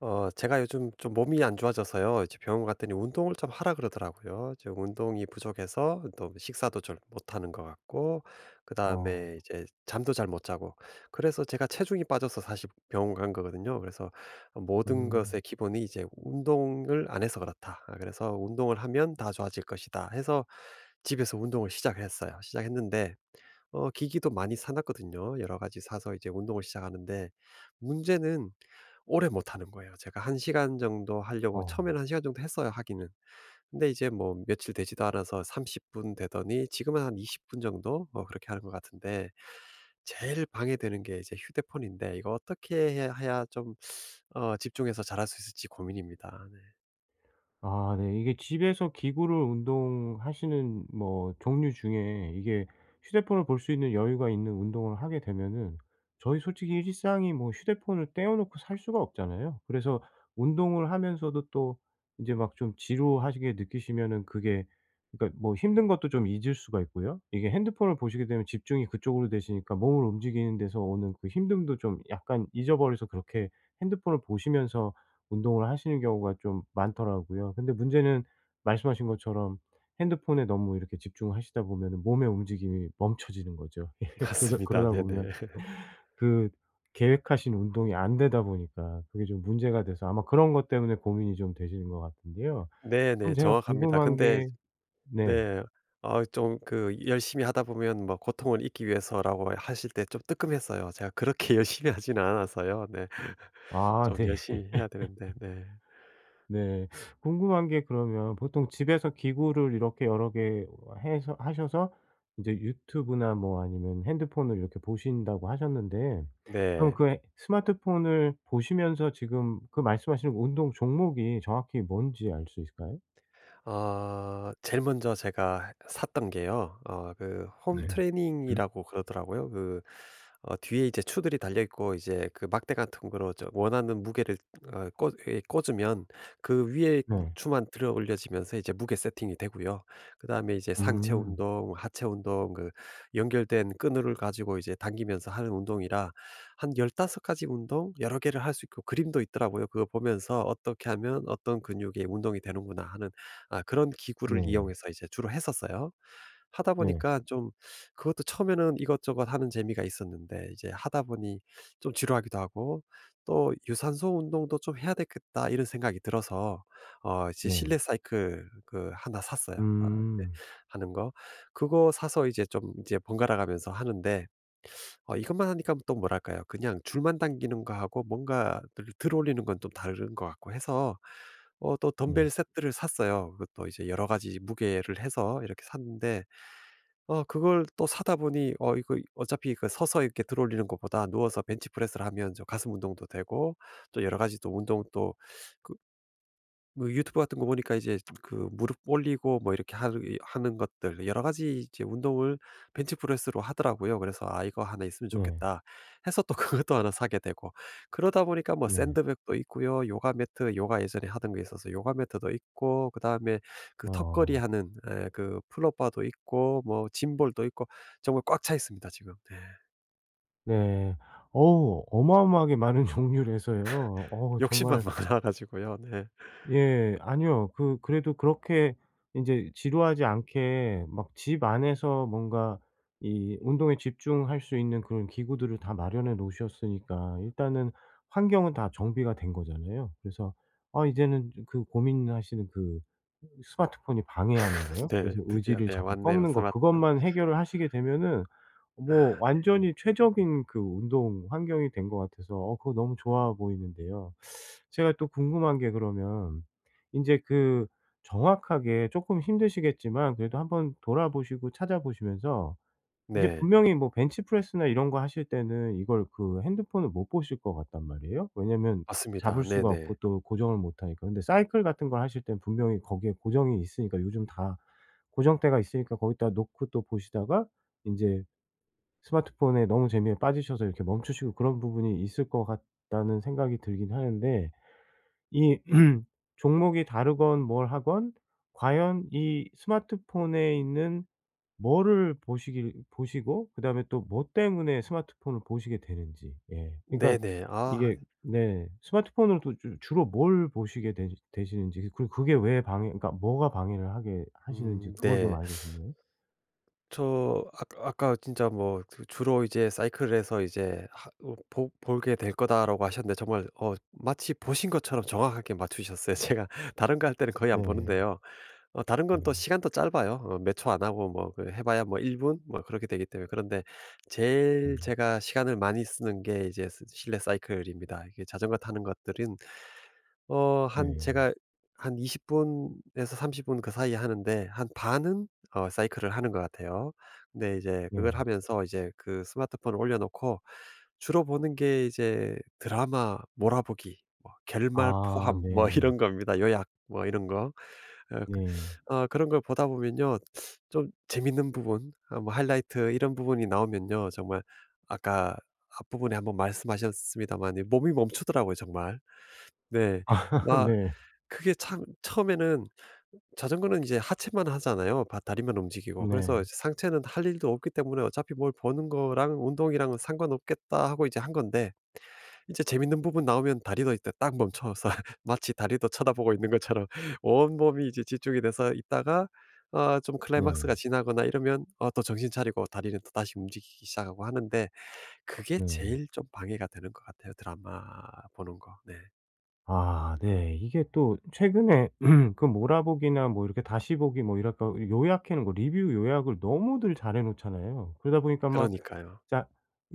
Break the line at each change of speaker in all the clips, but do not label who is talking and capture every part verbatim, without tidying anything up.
어 제가 요즘 좀 몸이 안 좋아져서요. 이제 병원 갔더니 운동을 좀 하라 그러더라고요. 지금 운동이 부족해서 또 식사도 잘 못하는 것 같고
어.
그다음에 이제 잠도 잘 못 자고 그래서 제가 체중이 빠져서 사실 병원 간 거거든요. 그래서 모든
음.
것의 기본이 이제 운동을 안 해서 그렇다. 아 그래서 '운동을 하면 다 좋아질 것이다.' 해서 집에서 운동을 시작했어요. 시작했는데 어 기기도 많이 사 놨거든요. 여러 가지 사서 이제 운동을 시작하는데 문제는 오래 못 하는 거예요. 제가 한 시간 정도 하려고
어.
처음에는 한 시간 정도 했어요 하기는. 근데 이제 뭐 며칠 되지도 않아서 삼십 분 되더니 지금은 한 이십 분 정도 뭐 그렇게 하는 것 같은데 제일 방해되는 게 이제 휴대폰인데 이거 어떻게 해 해야 좀 어 집중해서 잘할 수 있을지 고민입니다. 네.
아 네. 이게 집에서 기구를 운동하시는 뭐 종류 중에 이게 휴대폰을 볼 수 있는 여유가 있는 운동을 하게 되면은 저희 솔직히 일상이 뭐 휴대폰을 떼어 놓고 살 수가 없잖아요. 그래서 운동을 하면서도 또 이제 막 좀 지루하시게 느끼시면은 그게 그러니까 뭐 힘든 것도 좀 잊을 수가 있고요. 이게 핸드폰을 보시게 되면 집중이 그쪽으로 되시니까 몸을 움직이는 데서 오는 그 힘듦도 좀 약간 잊어버려서 그렇게 핸드폰을 보시면서 운동을 하시는 경우가 좀 많더라고요. 근데 문제는 말씀하신 것처럼 핸드폰에 너무 이렇게 집중하시다 보면은 몸의 움직임이 멈춰지는 거죠. 예, 그러다
맞습니다.
그러다 보면
네네.
그 계획하신 운동이 안 되다 보니까 그게 좀 문제가 돼서 아마 그런 것 때문에 고민이 좀 되시는 것 같은데요. 그럼
네네.
제가
정확합니다.
궁금한
근데
게 네.
네. 어, 좀 그 열심히 하다 보면 뭐 고통을 잊기 위해서라고 하실 때 좀 뜨끔했어요. 제가 그렇게 열심히 하지는 않아서요. 네.
아
좀
네.
열심히 해야 되는데 네.
네. 궁금한 게 그러면 보통 집에서 기구를 이렇게 여러 개 해서 하셔서 이제 유튜브나 뭐 아니면 핸드폰을 이렇게 보신다고 하셨는데 그럼
네.
그 해- 스마트폰을 보시면서 지금 그 말씀하시는 운동 종목이 정확히 뭔지 알 수 있을까요?
어 제일 먼저 제가 샀던 게요. 어 그 홈
네. 음.
트레이닝이라고 그러더라고요. 그 어 뒤에 이제 추들이 달려 있고 이제 그 막대 같은 거로 저 원하는 무게를 어 꽂 예, 꽂으면 그 위에 무
네.
추만 들어 올려지면서 이제 무게 세팅이 되고요. 그다음에 이제 상체
음.
운동, 하체 운동 그 연결된 끈을 가지고 이제 당기면서 하는 운동이라 한 15 가지 운동 여러 개를 할 수 있고 그림도 있더라고요. 그거 보면서 '어떻게 하면 어떤 근육의 운동이 되는구나.' 하는 아 그런 기구를
네.
이용해서 이제 주로 했었어요. 하다
네.
보니까 좀 그것도 처음에는 이것저것 하는 재미가 있었는데 이제 하다 보니 좀 지루하기도 하고 또 '유산소 운동도 좀 해야 되겠다.' 이런 생각이 들어서 어 이제
네.
실내 사이클 그 하나 샀어요. 아 이제
음.
하는 거. 그거 사서 이제 좀 이제 번갈아 가면서 하는데 어 이것만 하니까 뭐 또 뭐랄까요. 그냥 줄만 당기는 거하고 뭔가 들 들어올리는 건 좀 다른 것 같고 해서 어 또
네.
덤벨 세트를 샀어요. 그것도 이제 여러 가지 무게를 해서 이렇게 샀는데 어 그걸 또 사다 보니 어 이거 어차피 그 서서 이렇게 들어올리는 것보다 누워서 벤치프레스를 하면 저 가슴 운동도 되고 또 여러 가지 또 운동 또 뭐 유튜브 같은 거 보니까 이제 그 무릎 올리고 뭐 이렇게 하는 하는 것들 여러 가지 이제 운동을 벤치프레스로 하더라고요. 그래서 '아 이거 하나 있으면
네.
좋겠다.' 해서 또 그것도 하나 사게 되고 그러다 보니까 뭐
네.
샌드백도 있고요. 요가 매트 요가 예전에 하던 게 있어서 요가 매트도 있고 그다음에 그 턱걸이
어.
하는 에, 그 플랫바도 있고 뭐 짐볼도 있고 정말 꽉 차 있습니다 지금. 네.
네. 어우 어마어마하게 많은 종류라서요. 어
욕심만
정말
많아 가지고요. 네.
예. 아니요. 그 그래도 그렇게 인제 지루하지 않게 막 집 안에서 뭔가 이 운동에 집중할 수 있는 그런 기구들을 다 마련해 놓으셨으니까 일단은 환경은 다 정비가 된 거잖아요. 그래서 아 이제는 그 고민하시는 그 스마트폰이 방해하는 거요.
네.
그래서
드디어
의지를
네
자꾸
왔네요
꺾는 거
스마트폰.
그것만 해결을 하시게 되면은 뭐 완전히 최적인 그 운동 환경이 된 것 같아서 어 그거 너무 좋아 보이는데요. 제가 또 궁금한 게 그러면 인제 그 정확하게 쪼끔 힘드시겠지만 그래도 한번 돌아보시고 찾아보시면서 인제
네.
분명히 뭐 벤치프레스나 이런 거 하실 때는 이걸 그 핸드폰을 못 보실 것 같단 말이에요. 왜냐면 잡을
맞습니다.
수가 없고
네네.
또 고정을 못 하니까. 근데 사이클 같은 걸 하실 땐 분명히 거기에 고정이 있으니까 요즘 다 고정대가 있으니까 거기다 놓고 또 보시다가 인제 스마트폰에 너무 재미에 빠지셔서 이렇게 멈추시고 그런 부분이 있을 것 같다는 생각이 들긴 하는데 이 종목이 다르건 뭘 하건 과연 이 스마트폰에 있는 뭐를 보시길 보시고 그다음에 또 뭐 때문에 스마트폰을 보시게 되는지. 예. 그러니까
네네. 아
이게 네. 스마트폰으로 또 주 주로 뭘 보시게 되시 되시는지 그리고 그게 왜 방해 그러니까 뭐가 방해를 하게 하시는지
음
그걸 좀
네.
알고 싶네요.
저 아까 아까 진짜 뭐 그 주로 이제 '사이클에서 이제 하 어 보 볼게 될 거다.'라고 하셨는데 정말 어 마치 보신 것처럼 정확하게 맞추셨어요. 제가 다른 거 할 때는 거의 안
네.
보는데요. 어 다른
네.
건 또 시간도 짧아요. 어 몇 초 안 하고 뭐 그 해 봐야 뭐 일 분 뭐 그렇게 되기 때문에. 그런데 제일
네.
제가 시간을 많이 쓰는 게 이제 스 실내 사이클입니다. 이게 자전거 타는 것들은 어 한
네.
제가 한 이십 분에서 삼십 분 그 사이에 하는데 한 반은 어 사이클을 하는 것 같아요. 근데 이제 그걸
네.
하면서 이제 그 스마트폰을 올려놓고 주로 보는 게 이제 드라마 몰아보기 뭐 결말
아
포함 뭐
네.
이런 겁니다. 요약 뭐 이런 거. 어 그
네.
어 그런 걸 보다 보면요. 좀 재밌는 부분 아 뭐 하이라이트 이런 부분이 나오면요. 정말 아까 앞부분에 한번 말씀하셨습니다만 몸이 멈추더라고요 정말. 네.
아
막
네.
그게 참 처음에는 자전거는 이제 하체만 하잖아요. 바 다리만 움직이고. 그래서
네.
이제 상체는 할 일도 없기 때문에 '어차피 뭘 보는 거랑 운동이랑은 상관없겠다.' 하고 이제 한 건데 이제 재밌는 부분 나오면 다리도 이때 딱 멈춰서 마치 다리도 쳐다보고 있는 것처럼 온몸이 이제 집중이 돼서 있다가 아, 좀 클라이막스가
네.
지나거나 이러면 어 또 정신 차리고 다리는 또 다시 움직이기 시작하고 하는데 그게
네.
제일 좀 방해가 되는 것 같아요, 드라마 보는 거. 네.
아 네. 이게 또 최근에 그 몰아보기나 뭐 이렇게 다시 보기 뭐 이럴까 요약해 놓은 거 리뷰 요약을 너무들 잘해 놓잖아요. 그러다 보니까 막
그러니까요.
자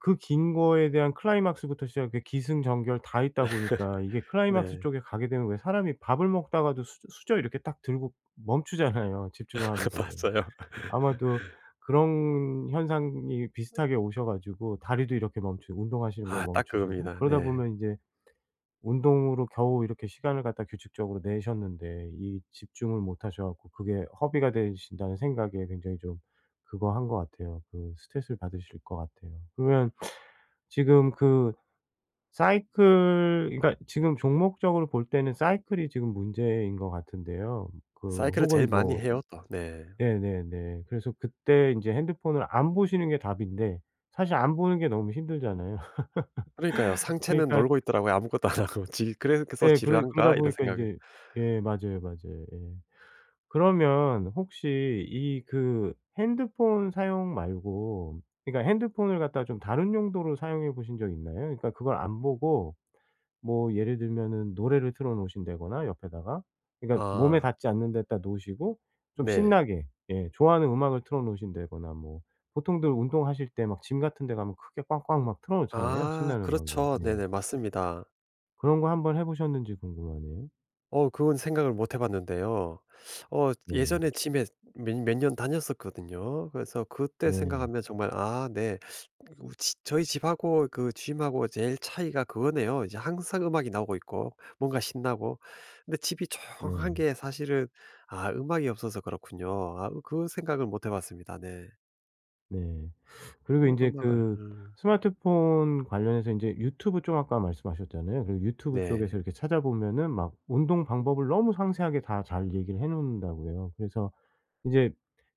그 긴 거에 대한 클라이막스부터 시작해 기승전결 다 있다 보니까 이게 클라이막스
네.
쪽에 가게 되면 왜 사람이 밥을 먹다가도 수 수저 이렇게 딱 들고 멈추잖아요, 집중을 하게 되면.
맞아요.
아마도 그런 현상이 비슷하게 오셔 가지고 다리도 이렇게 멈추고 운동하시는 걸
아 딱
멈추시고
그겁니다.
그러다
네.
보면 이제 운동으로 겨우 이렇게 시간을 갖다 규칙적으로 내셨는데 이 집중을 못 하셔 갖고 그게 허비가 되신다는 생각에 굉장히 좀 그거 한 것 같아요. 그 스트레스를 받으실 것 같아요. 그러면 지금 그 사이클 그러니까 지금 종목적으로 볼 때는 사이클이 지금 문제인 것 같은데요. 그
사이클을 제일
혹은
많이
뭐
해요 또. 네.
네네네. 그래서 그때 인제 핸드폰을 안 보시는 게 답인데 사실 안 보는 게 너무 힘들잖아요.
그러니까요. 상체는
그러니까
놀고 있더라고요 아무것도 안 하고. 지 '그래서
예 그러 그러다
지루한가?' 이런
보니까
생각에.
인제 예 맞아요, 맞아요. 예. 그러면 혹시 이 그 핸드폰 사용 말고 그러니까 핸드폰을 갖다가 좀 다른 용도로 사용해 보신 적 있나요? 그러니까 그걸 안 보고 뭐 예를 들면은 노래를 틀어 놓으신다거나 옆에다가 그러니까 몸에
아
닿지 않는 데다 놓으시고 좀
네.
신나게 예 좋아하는 음악을 틀어 놓으신다거나 뭐 보통들 운동하실 때 막 짐 같은 데 가면 크게 꽝꽝 막 틀어 놓잖아요,
아
신나는 음악이요.
그렇죠.
예.
네네. 맞습니다.
그런 거 한번 해 보셨는지 궁금하네요.
어 그건 생각을 못 해 봤는데요. 어
네.
예전에 짐에 몇 몇 년 다녔었거든요. 그래서 그때
네.
생각하면 정말 아 네. 우 지 저희 집하고 그 짐하고 제일 차이가 그거네요. 이제 항상 음악이 나오고 있고 뭔가 신나고. 근데 집이 조용한
네.
게 사실은 아 음악이 없어서 그렇군요. 아그 그 생각을 못 해 봤습니다. 네.
네. 그리고
음
인제
음악을
그
음
스마트폰 관련해서 인제 유튜브 쪽 아까 말씀하셨잖아요. 그리고 유튜브 쪽에서
네.
이렇게 찾아보면은 막 운동 방법을 너무 상세하게 다 잘 얘기를 해 놓는다고요. 그래서 이제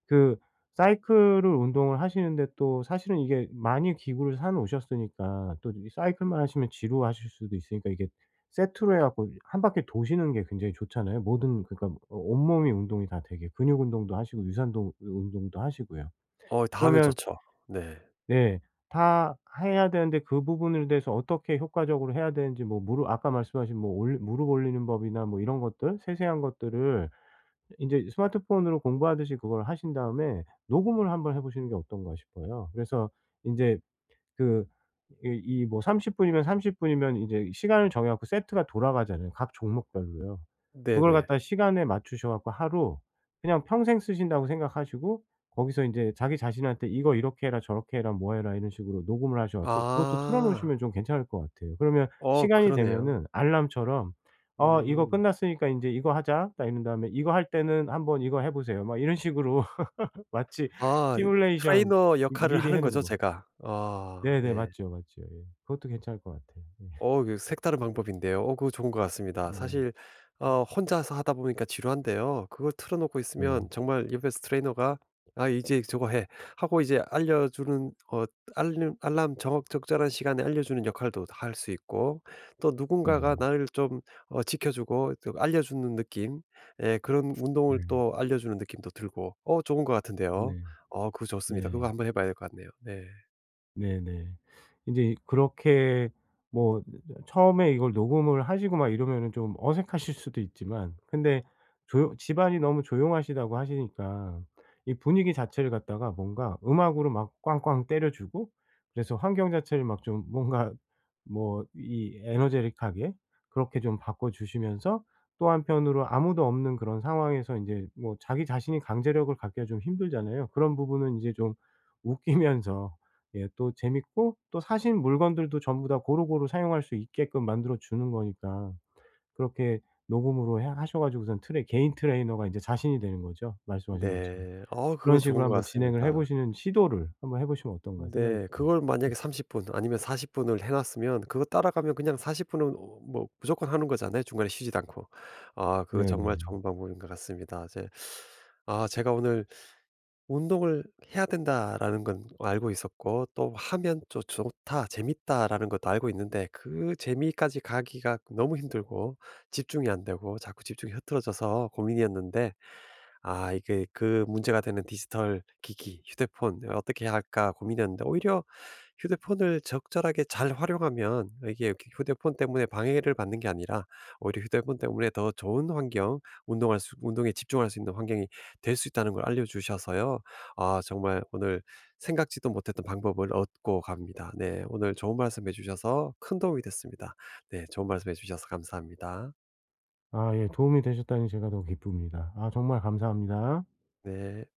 그 사이클을 운동을 하시는데 또 사실은 이게 많이 기구를 사 놓으셨으니까 또 이 사이클만 하시면 지루하실 수도 있으니까 이게 세트로 해 갖고 한 바퀴 도시는 게 굉장히 좋잖아요. 모든 그러니까 어 온몸이 운동이 다 되게 근육 운동도 하시고 유산동 운동도 하시고요.
어 다하면
그러면
좋죠. 네.
네. 다 해야 되는데 그 부분에 대해서 어떻게 효과적으로 해야 되는지 뭐 무릎 아까 말씀하신 뭐 올 무릎 올리는 법이나 뭐 이런 것들 세세한 것들을 인제 스마트폰으로 공부하듯이 그걸 하신 다음에 녹음을 한번 해 보시는 게 어떤가 싶어요. 그래서 인제 그 이 이 뭐 삼십 분 분이면 삼십 분 분이면 이제 시간을 정해 갖고 세트가 돌아가잖아요, 각 종목별로요. 그걸
네네.
갖다가 시간에 맞추셔 갖고 하루 그냥 평생 쓰신다고 생각하시고 거기서 인제 자기 자신한테 "이거 이렇게 해라. 저렇게 해라. 뭐 해라." 이런 식으로 녹음을 하셔 갖고 그것도 틀어
아.
놓으시면 좀 괜찮을 것 같아요. 그러면
어
시간이
그러네요.
되면은 알람처럼 "어 이거
음.
끝났으니까 인제 이거 하자." 딱 이런 다음에 "이거 할 때는 한번 이거 해 보세요." 막 이런 식으로 마치
아
시뮬레이션
트레이너
미
역할을
미리 해
하는
놓은
거죠
거.
제가. 아
네네.
네.
맞죠, 맞죠. 예. 그것도 괜찮을 것 같아요. 예.
어 그 색다른 방법인데요. 어 그거 좋은 것 같습니다.
네.
사실 어 혼자서 하다 보니까 지루한데요. 그걸 틀어 놓고
네.
있으면 정말 옆에서 트레이너가 "아 이제 저거 해." 하고 이제 알려주는 어 알림 알람 정확 적절한 시간에 알려주는 역할도 할 수 있고 또
네.
누군가가 나를 좀 어 지켜 주고 또 알려주는 느낌 예 그런 운동을
네.
또 알려주는 느낌도 들고 어 좋은 것 같은데요.
네.
어 그거 좋습니다.
네.
그거 한번 해 봐야 될 것 같네요. 네.
네네. 인제 그렇게 뭐 처음에 이걸 녹음을 하시고 막 이러면은 좀 어색하실 수도 있지만 근데 조용 집안이 너무 조용하시다고 하시니까 이 분위기 자체를 갖다가 뭔가 음악으로 막 꽝꽝 때려 주고 그래서 환경 자체를 막 좀 뭔가 뭐 이 에너제틱하게 그렇게 좀 바꿔 주시면서 또 한편으로 아무도 없는 그런 상황에서 인제 뭐 자기 자신이 강제력을 갖기가 좀 힘들잖아요. 그런 부분은 인제 좀 웃기면서 예 또 재밌고 또 사신 물건들도 전부 다 고루고루 사용할 수 있게끔 만들어 주는 거니까 그렇게 녹음으로 해 하셔 가지고선 트레 개인 트레이너가 이제 자신이 되는 거죠, 말씀하신 것처럼.
네. 어 그거
그런
좋은
식으로
것
한번 진행을 해
같습니다.
보시는 시도를 한번 해 보시면 어떤가 생각이
네.
들어요.
그걸 만약에 삼십 분 아니면 사십 분을 해 놨으면 그거 따라가면 그냥 사십 분은 어 뭐 무조건 하는 거잖아요 중간에 쉬지도 않고. 아 그거 정말
네네.
좋은 방법인 것 같습니다. 이제 아 제가 오늘 운동을 해야 된다라는 건 알고 있었고 또 하면 또 '좋다. 재밌다.'라는 것도 알고 있는데 그 재미까지 가기가 너무 힘들고 집중이 안 되고 자꾸 집중이 흐트러져서 고민이었는데 아 이게 그 문제가 되는 디지털 기기 휴대폰 '어떻게 해야 할까.' 고민이었는데 오히려 휴대폰을 적절하게 잘 활용하면 이게 이렇게 휴대폰 때문에 방해를 받는 게 아니라 오히려 휴대폰 때문에 더 좋은 환경 운동할 수 운동에 집중할 수 있는 환경이 될 수 있다는 걸 알려 주셔서요. 아 정말 오늘 생각지도 못했던 방법을 얻고 갑니다. 네. 오늘 좋은 말씀해 주셔서 큰 도움이 됐습니다. 네. 좋은 말씀해 주셔서 감사합니다.
아 예 도움이 되셨다니 제가 더 기쁩니다. 아 정말 감사합니다.
네.